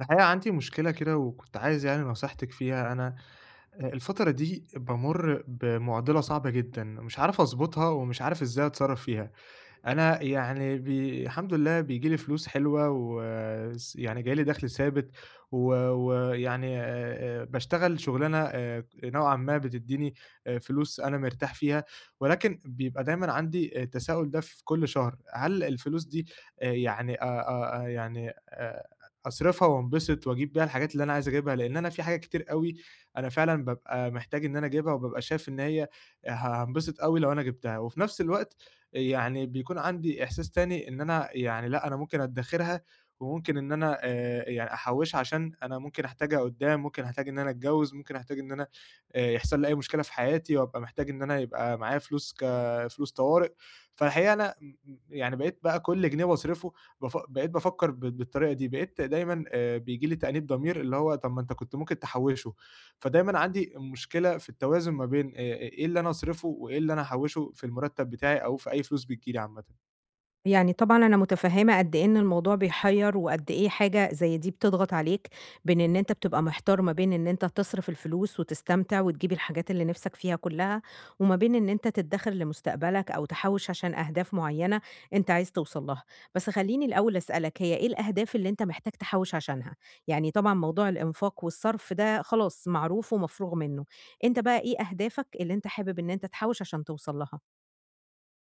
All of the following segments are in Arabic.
الحقيقة عندي مشكلة كده وكنت عايز يعني نصيحتِك فيها. أنا الفترة دي بامُر بمُعضلة صعبة جدًا، مش عارف أضبطها ومش عارف إزاي أتصرّف فيها. أنا يعني الحمد لله بييجي لي فلوس حلوة يعني جاي لي دخْل ثابت، و ويعني باشتغل شُغلانة نوعًا ما بتدّيني فلوس أنا مرتاح فيها، ولكن بيبقى دايمًا عندي التساؤل ده في كل شهر، هل الفلوس دي آآ يعني آآ يعني أصرفها وانبسط وأجيب بيها الحاجات اللي أنا عايز أجيبها؟ لإن أنا في حاجات كتير أوي أنا فعلًا بابقى محتاج إن أنا أجيبها، وبابقى شايف إن هي هانبسط أوي لو أنا جِبتها، وفي نفْس الوقت يعني بيكون عندي إحساس تاني إن أنا يعني لأ، أنا ممكن أدّخرها وممكن إن أنا يعني أحوّشها عشان أنا ممكن أحتاجها قُدّام. ممكن أحتاج إن أنا أتجوّز، ممكن أحتاج إن أنا يحصل لي أي مشكلة في حياتي وأبقى محتاج إن أنا يبقى معايا فلوس كفلوس طوارئ. فالحقيقة أنا م م يعني بقيت بقى كل جنيه باصرفه، بقيت بافكّر بالطريقة دي، بقيت دايمًا بييجي لي تأنيب ضمير اللي هو طَب ما أنت كنت ممكن تحوّشه. فدايمًا عندي مشكلة في التوازن ما بين إيه اللي أنا أصرفه وإيه اللي أنا أحوّشه في المرتب بتاعي أو في أي فلوس بتيجي لي عامةً. يعني طبعًا أنا متفهّمة قد إيه إن الموضوع بيحيّر، وقد إيه حاجة زي دي بتضغط عليك، بين إن أنت بتبقى محتار ما بين إن أنت تصرف الفلوس وتستمتع وتجيب الحاجات اللي نِفْسك فيها كلّها، وما بين إن أنت تدّخر لمستقبلك أو تحوّش عشان أهداف معيّنة أنت عايز توصل لها. بس خلّيني الأول أسألك هي إيه الأهداف اللي أنت محتاج تحوّش عشانها؟ يعني طبعًا موضوع الإنفاق والصرف ده خلاص معروف ومفروغ منّه، أنت بقى إيه أهدافك اللي أنت حابب إن أنت تحوّش عشان توصل لها؟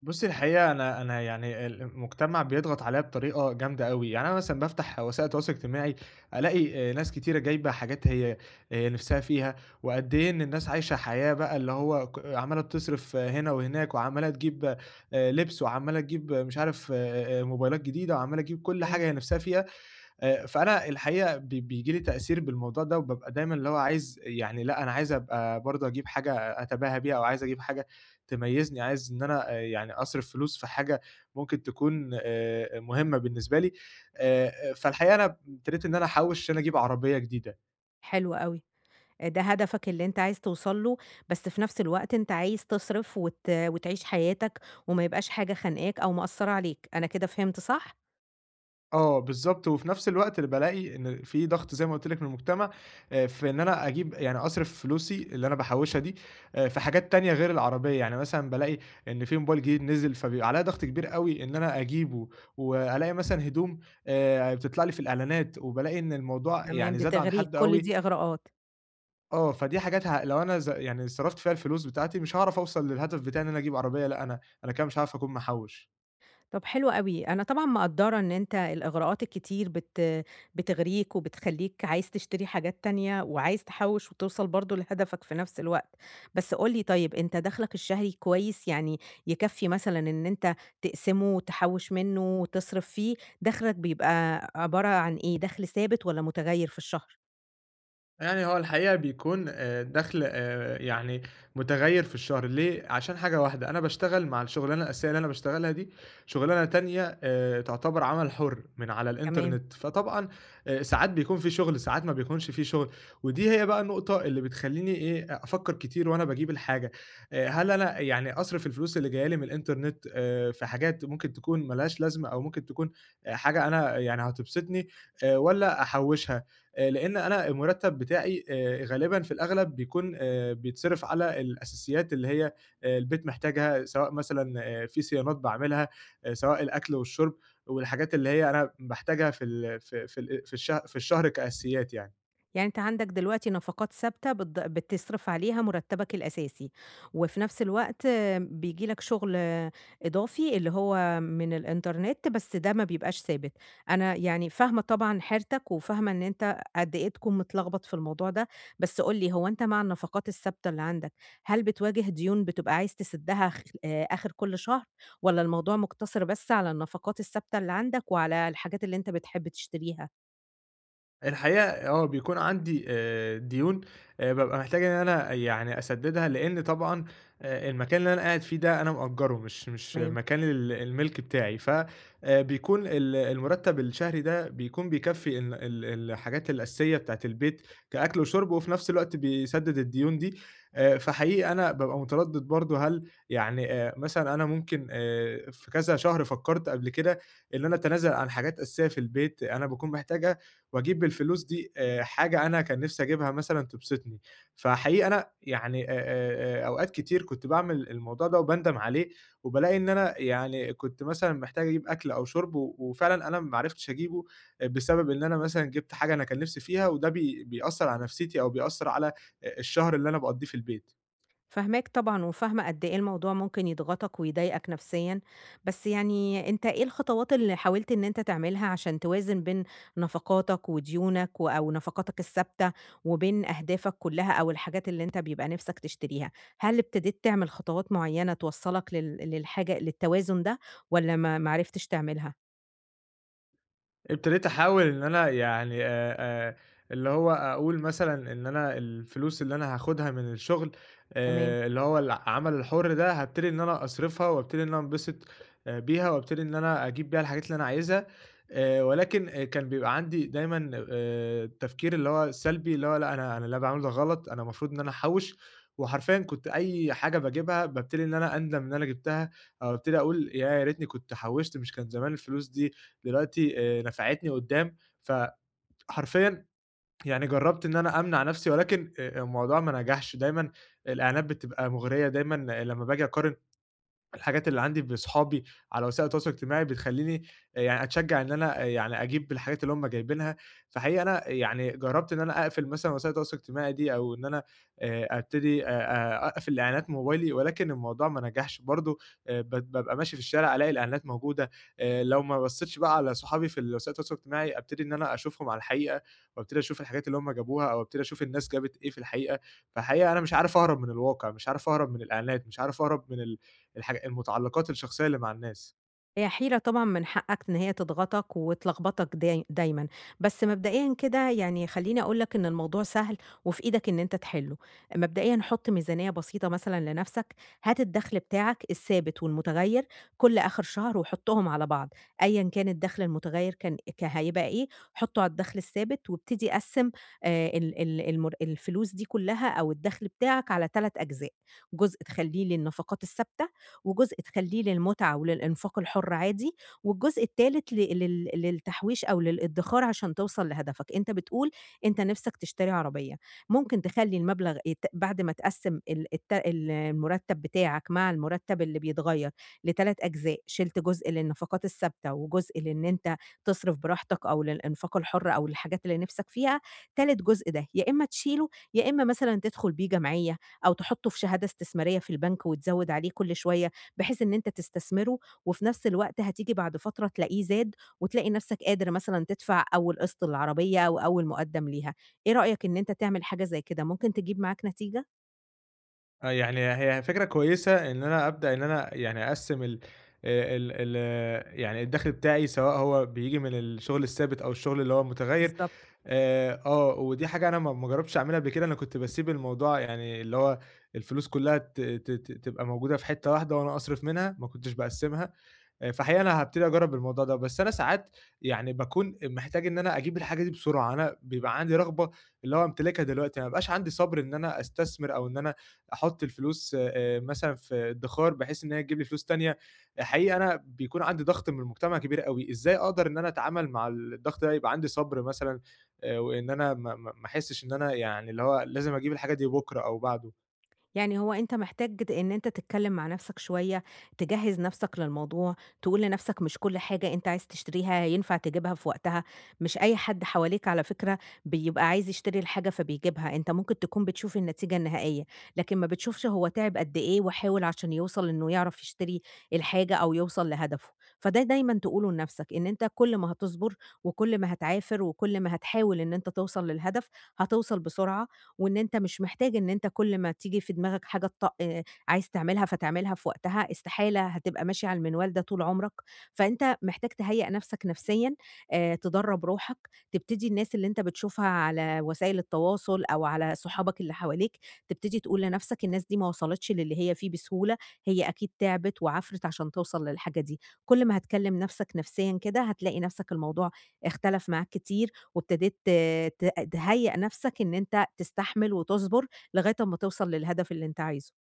بُصّي، الحقيقة أنا يعني المجتمع بيضغط عليَّ بطريقة جامدة أوي، يعني أنا مثلًا بافتح وسائل التواصل الاجتماعي ألاقي ناس كتيرة جايبة حاجات هي نِفْسها فيها، وقد إيه إن الناس عايشة حياة بقى اللي هو عمّالة بتصرف هنا وهناك، وعمّالة تجيب لبس، وعمّالة تجيب مش عارف موبايلات جديدة، وعمّالة تجيب كل تمام، حاجة هي نِفْسها فيها. فأنا الحقيقة بييجي لي تأثير بالموضوع ده، وبابقى دايمًا اللي هو عايز يعني لأ، أنا عايز أبقى برضه أجيب حاجة أتباهى بيها، أو عايز أجيب حاجة تميزني، عايز إن أنا يعني أصرف فلوس في حاجة ممكن تكون مهمة بالنسبة لي. فالحقيقة أنا ابتديت إن أنا أحوّش عشان أجيب عربية جديدة. حلو أوي. ده هدفك اللي أنت عايز توصل له، بس في نفس الوقت أنت عايز تصرف وتعيش حياتك وما يبقاش حاجة خانقاك أو مأثّرة عليك، أنا كده فهمت صح؟ آه، بالضبط. وفي نفس الوقت بالاقي إن في ضغط زي ما قُلت لك من المجتمع، في إن أنا أجيب يعني أصرف فلوسي اللي أنا باحوّشها دي، في حاجات تانية غير العربية، يعني مثلًا بالاقي إن في موبايل جديد نزل، فبيبقى عليّا ضغط كبير أوي إن أنا أجيبه، وألاقي مثلًا هدوم بتطلع لي في الإعلانات، وبالاقي إن الموضوع تمام، يعني زاد عن بتغريك، حدّه كل أوي. دي إغراءات. آه، فدي حاجات لو أنا يعني صرفت فيها الفلوس بتاعتي مش هاعرف أوصل للهدف بتاعي إن أنا أجيب عربية، لأ أنا كده مش هاعرف أكون محوّش. طب حلو أوي، أنا طبعًا مقدّرة إن أنت الإغراءات الكتير بتغريك وبتخلّيك عايز تشتري حاجات تانية، وعايز تحوّش وتوصل برضه لهدفك في نفس الوقت، بس قُل لي طيب أنت دخلك الشهري كويس يعني يكفّي مثلًا إن أنت تقسمه وتحوّش منه وتصرف فيه، دخلك بيبقى عبارة عن إيه، دخل ثابت والّا متغيّر في الشهر؟ يعني هو الحقيقة بيكون دخْل يعني متغيّر في الشهر. ليه؟ عشان حاجة واحدة، أنا باشتغل مع الشُغلانة الأساسية اللي أنا باشتغلها دي شُغلانة تانية تعتبر عمل حُر من على تمام. الإنترنت. فطبعًا ساعات بيكون في شُغل، ساعات ما بيكونش في شُغل، ودي هي بقى النقطة اللي بتخلّيني إيه، أفكّر كتير وأنا باجيب الحاجة. هل أنا يعني أصرِف الفلوس اللي جاية لي من الإنترنت في حاجات ممكن تكون ما لهاش لازمة، أو ممكن تكون حاجة أنا يعني هتبسطني، والّا أحوّشها؟ لإن أنا المرتّب بتاعي غالبًا في الأغلب بيكون بيتصرف على الأساسيات اللي هي البيت محتاجها، سواء مثلًا في صيانات باعملها، سواء الأكل والشُرب والحاجات اللي هي أنا باحتاجها في ال في في ال في الشه في الشهر كأساسيات يعني. يعني أنت عندك دلوقتي نفقات ثابتة بتصرف عليها مرتبك الأساسي، وفي نفس الوقت بييجي لك شغل إضافي اللي هو من الإنترنت بس ده ما بيبقاش ثابت، أنا يعني فاهمة طبعًا حيرتك وفاهمة إن أنت قد إيه تكون متلخبط في الموضوع ده، بس قُل لي هو أنت مع النفقات الثابتة اللي عندك، هل بتواجه ديون بتبقى عايز تسدها خ آخر كل شهر، والّا الموضوع مقتصر بس على النفقات الثابتة اللي عندك وعلى الحاجات اللي أنت بتحب تشتريها؟ الحقيقة آه، بيكون عندي ديون بابقى محتاج إن أنا يعني أسدّدها، لإن طبعًا المكان اللي أنا قاعد فيه ده أنا مأجّره، مش تمام. مكان المِلْك بتاعي. بيكون المُرتّب الشهري ده بيكون بيكفّي ال ال الحاجات الأساسية بتاعة البيت، كأكْل وشُرْب، وفي نَفْس الوقت بيسدّد الديون دي. فحقيقي أنا بابقى متردّد برضه، هل يعني مثلًا أنا ممكن في كذا شهر فكّرت قبل كده إن أنا أتنازل عن حاجات أساسية في البيت أنا باكون محتاجها، وأجيب بالفلوس دي حاجة أنا كان نِفْسي أجيبها مثلًا تبسطني. فحقيقي أنا يعني أوقات كتير كنت باعمل الموضوع ده وباندم عليه، وبالاقي إن أنا يعني كنت مثلًا محتاج أجيب أكل أو شُرب وفعلًا أنا ما عرفتش أجيبه بسبب إن أنا مثلًا جِبت حاجة أنا كان نِفْسي فيها، وده بيأثّر على نفسيتي، أو بيأثّر على الشهر اللي أنا باقضّيه في البيت. فاهماك طبعًا، وفاهمة قد إيه الموضوع ممكن يضغطك ويضايقك نفسيًا، بس يعني أنت إيه الخطوات اللي حاولت إن أنت تعملها عشان توازن بين نفقاتك وديونك أو نفقاتك الثابتة وبين أهدافك كلها أو الحاجات اللي أنت بيبقى نِفْسك تشتريها؟ هل ابتديت تعمل خطوات معيّنة توصّلك للحاجة للتوازن ده والّا ما عرفتش تعملها؟ ابتديت أحاول إن أنا يعني اللي هو أقول مثلًا إن أنا الفلوس اللي أنا هاخدها من الشغل، تمام. اللي هو العمل الحُر ده، هابتدي إن أنا أصرفها وابتدي إن أنا أنبسط بيها، وابتدي إن أنا أجيب بيها الحاجات اللي أنا عايزها. ولكن كان بيبقى عندي دايمًا التفكير اللي هو السلبي اللي هو لأ أنا اللي أنا باعمله ده غلط، أنا المفروض إن أنا أحوّش. وحرفيًا كنت أي حاجة باجيبها بابتدي إن أنا أندم إن أنا جبتها، أو ابتدي أقول ياه، يا ريتني كنت حوّشت، مش كان زمان الفلوس دي دلوقتي نفعتني قدّام. فحرفيًا يعني جرّبت إن أنا أمنع نَفْسي، ولكن الموضوع ما نجحش. دايمًا الإعلانات بتبقى مُغرية، دايمًا لمّا باجي أقارن الحاجات اللي عندي بصحابي على وسائل التواصل الاجتماعي بتخلّيني يعني أتشجّع إن أنا آه، يعني أجيب الحاجات اللي هُم جايبينها. فحقيقي أنا يعني جرّبت إن أنا أقفل مثلًا وسائل التواصل الاجتماعي دي، أو إن أنا أبتدي أقفل إعلانات موبايلي، ولكن الموضوع ما نجحش برضه. بابقى ماشي في الشارع ألاقي الإعلانات موجودة. لو ما بصّيتش بقى على صحابي في وسائل التواصل الاجتماعي أبتدي إن أنا أشوفهم على الحقيقة، وأبتدي أشوف الحاجات اللي هُم جابوها، أو أبتدي أشوف الناس جابت إيه في الحقيقة. فحقيقة أنا مش عارف أهرب من الواقع، مش عارف أهرب من الإعلانات، مش عارف أهرب من المتعلقات الشخصية اللي مع الناس. هي حيرة طبعًا من حقك إن هي تضغطك وتلخبطك دايمًا، بس مبدئيًا كده يعني خلّيني أقول لك إن الموضوع سهل وفي إيدك إن أنت تحلّه، مبدئيًا حُط ميزانية بسيطة مثلًا لنفسك، هات الدخل بتاعك الثابت والمتغيّر كل آخر شهر وحُطّهم على بعض، أيًا كان الدخل المتغيّر كان ك هيبقى إيه، حُطّه على الدخل الثابت وابتدي قسّم ال ال المر الفلوس دي كلّها أو الدخل بتاعك على 3 أجزاء، جزء تخلّيه للنفقات الثابتة وجزء تخلّيه للمتعة وللإنفاق الحُر عادي، والجزء التالت ل لل للتحويش أو للإدّخار عشان توصل لهدفك، أنت بتقول أنت نِفْسك تشتري عربية، ممكن تخلّي المبلغ بعد ما تقسّم ال الت ال المُرتّب بتاعك مع المُرتّب اللي بيتغيّر ل3 أجزاء، شِلت جزء للنفقات الثابتة، وجزء لإن أنت تصرف براحتك أو للإنفاق الحُر أو للحاجات اللي نِفْسك فيها، تالت جزء ده يا إمّا تشيله، يا إمّا مثلًا تدخُل بيه جمعية أو تحطّه في شهادة استثمارية في البنك وتزوّد عليه كل شوية. بحيث إن أنت تستثمره، وفي نفس الوقت هتيجي بعد فترة تلاقيه زاد، وتلاقي نفسك قادر مثلًا تدفع أول قسط للعربية أو أول مقدم ليها، إيه رأيك إن أنت تعمل حاجة زي كده، ممكن تجيب معاك نتيجة؟ آه، يعني هي فكرة كويسة إن أنا أبدأ إن أنا يعني أقسّم ال ال يعني الدخل بتاعي، سواء هو بييجي من الشغل الثابت أو الشغل اللي هو متغيّر. بالضبط. آه، ودي حاجة أنا ما جرّبتش أعملها قبل كده. أنا كنت باسيب الموضوع يعني اللي هو الفلوس كلّها ت ت ت تبقى موجودة في حتّة واحدة وأنا أصرف منها، ما كنتش باقسّمها. فحقيقي أنا هابتدي أجرّب الموضوع ده، بس أنا ساعات يعني باكون محتاج إن أنا أجيب الحاجة دي بسرعة، أنا بيبقى عندي رغبة اللي هو أمتلكها دلوقتي، ما بيبقاش عندي صبر إن أنا أستثمر أو إن أنا أحُط الفلوس مثلًا في ادّخار بحيث إن هي تجيب لي فلوس تانية. حقيقي أنا بيكون عندي ضغط من المجتمع كبير أوي. إزاي أقدر إن أنا أتعامل مع الضغط ده، يبقى عندي صبر مثلًا وإن أنا ما أحسّش إن أنا يعني اللي هو لازم أجيب الحاجة دي بُكرة أو بعده؟ يعني هو أنت محتاج إن أنت تتكلم مع نفسك شوية، تجهّز نفسك للموضوع، تقول لنفسك مش كل حاجة أنت عايز تشتريها ينفع تجيبها في وقتها، مش أي حد حواليك على فكرة بيبقى عايز يشتري الحاجة فبيجيبها، أنت ممكن تكون بتشوف النتيجة النهائية، لكن ما بتشوفش هو تعب قد إيه وحاول عشان يوصل إنه يعرف يشتري الحاجة أو يوصل لهدفه، فده دايمًا تقوله لنفسك، إن أنت كل ما هتصبر وكل ما هتعافر وكل ما هتحاول إن أنت توصل للهدف، هتوصل بسرعة وإن أنت مش محتاج إن أنت كل ما تيجي في دماغك حاجة تط عايز تعملها فتعملها في وقتها، استحالة هتبقى ماشي على المنوال ده طول عمرك، فأنت محتاج تهيأ نفسك نفسيًا، تدرّب روحك، تبتدي الناس اللي أنت بتشوفها على وسائل التواصل أو على صحابك اللي حواليك، تبتدي تقول لنفسك الناس دي ما وصلتش للي هي فيه بسهولة، هي أكيد تعبت وعَفرِت عشان توصل للحاجة دي، كل ما هتكلم نفسك نفسيًا كده هتلاقي نفسك الموضوع اختلف معاك كتير وابتديت تهيّأ نَفْسك إن أنت تستحمل وتصبر لغاية أمّا توصل للهدف اللي أنت عايزه.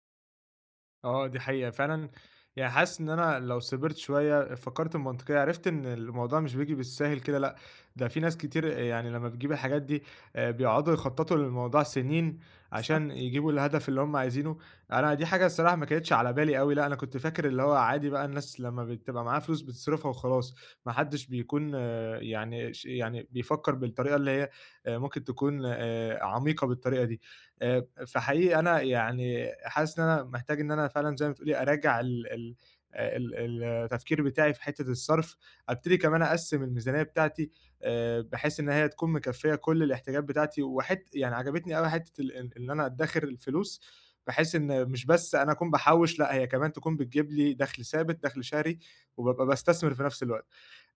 آه، دي حقيقة فعلًا. يعني حاسس إن أنا لو صبرت شوية، فكرت بمنطقية، عرفت إن الموضوع مش بييجي بالساهل كده، لأ، ده في ناس كتير يعني لمّا بتجيب الحاجات دي بيقعدوا يخططوا للموضوع سنين عشان بالضبط. يجيبوا الهدف اللي هم عايزينه. أنا دي حاجة الصراحة ما كانتش على بالي أوي، لأ، أنا كنت فاكر اللي هو عادي بقى الناس لمّا بتبقى معاها فلوس بتصرفها وخلاص، ما حدش بيكون آه، يعني يعني بيفكر بالطريقة اللي هي ممكن تكون عميقة بالطريقة دي. آآ فحقيقي أنا يعني حاسس إن أنا محتاج إن أنا فعلًا زي ما بتقولي أراجع التفكير بتاعي في حتّة الصرف، أبتدي كمان أقسّم الميزانية بتاعتي بحيث إن هي تكون مكفّية كل الاحتياجات بتاعتي. يعني عجبتني أوي حتّة ال ال إن أنا أدخّر الفلوس، بحيث إن مش بس أنا أكون باحوّش، لأ هي كمان تكون بتجيب لي دخل ثابت، دخل شهري، وبابقى باستثمر في نفس الوقت.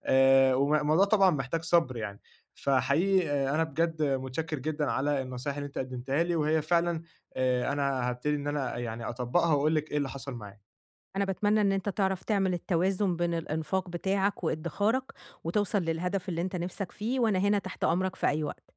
الموضوع طبعًا محتاج صبر يعني. فحقيقي أنا بجد متشكر جدًا على النصايح اللي أنت قدمتها لي، وهي فعلًا أنا هابتدي إن أنا يعني أطبّقها وأقول لِك إيه اللي حصل معايا. أنا باتمنى إن أنت تعرف تعمل التوازن بين الإنفاق بتاعك وإدخارك وتوصل للهدف اللي أنت نِفْسك فيه، وأنا هنا تحت أمرك في أي وقت.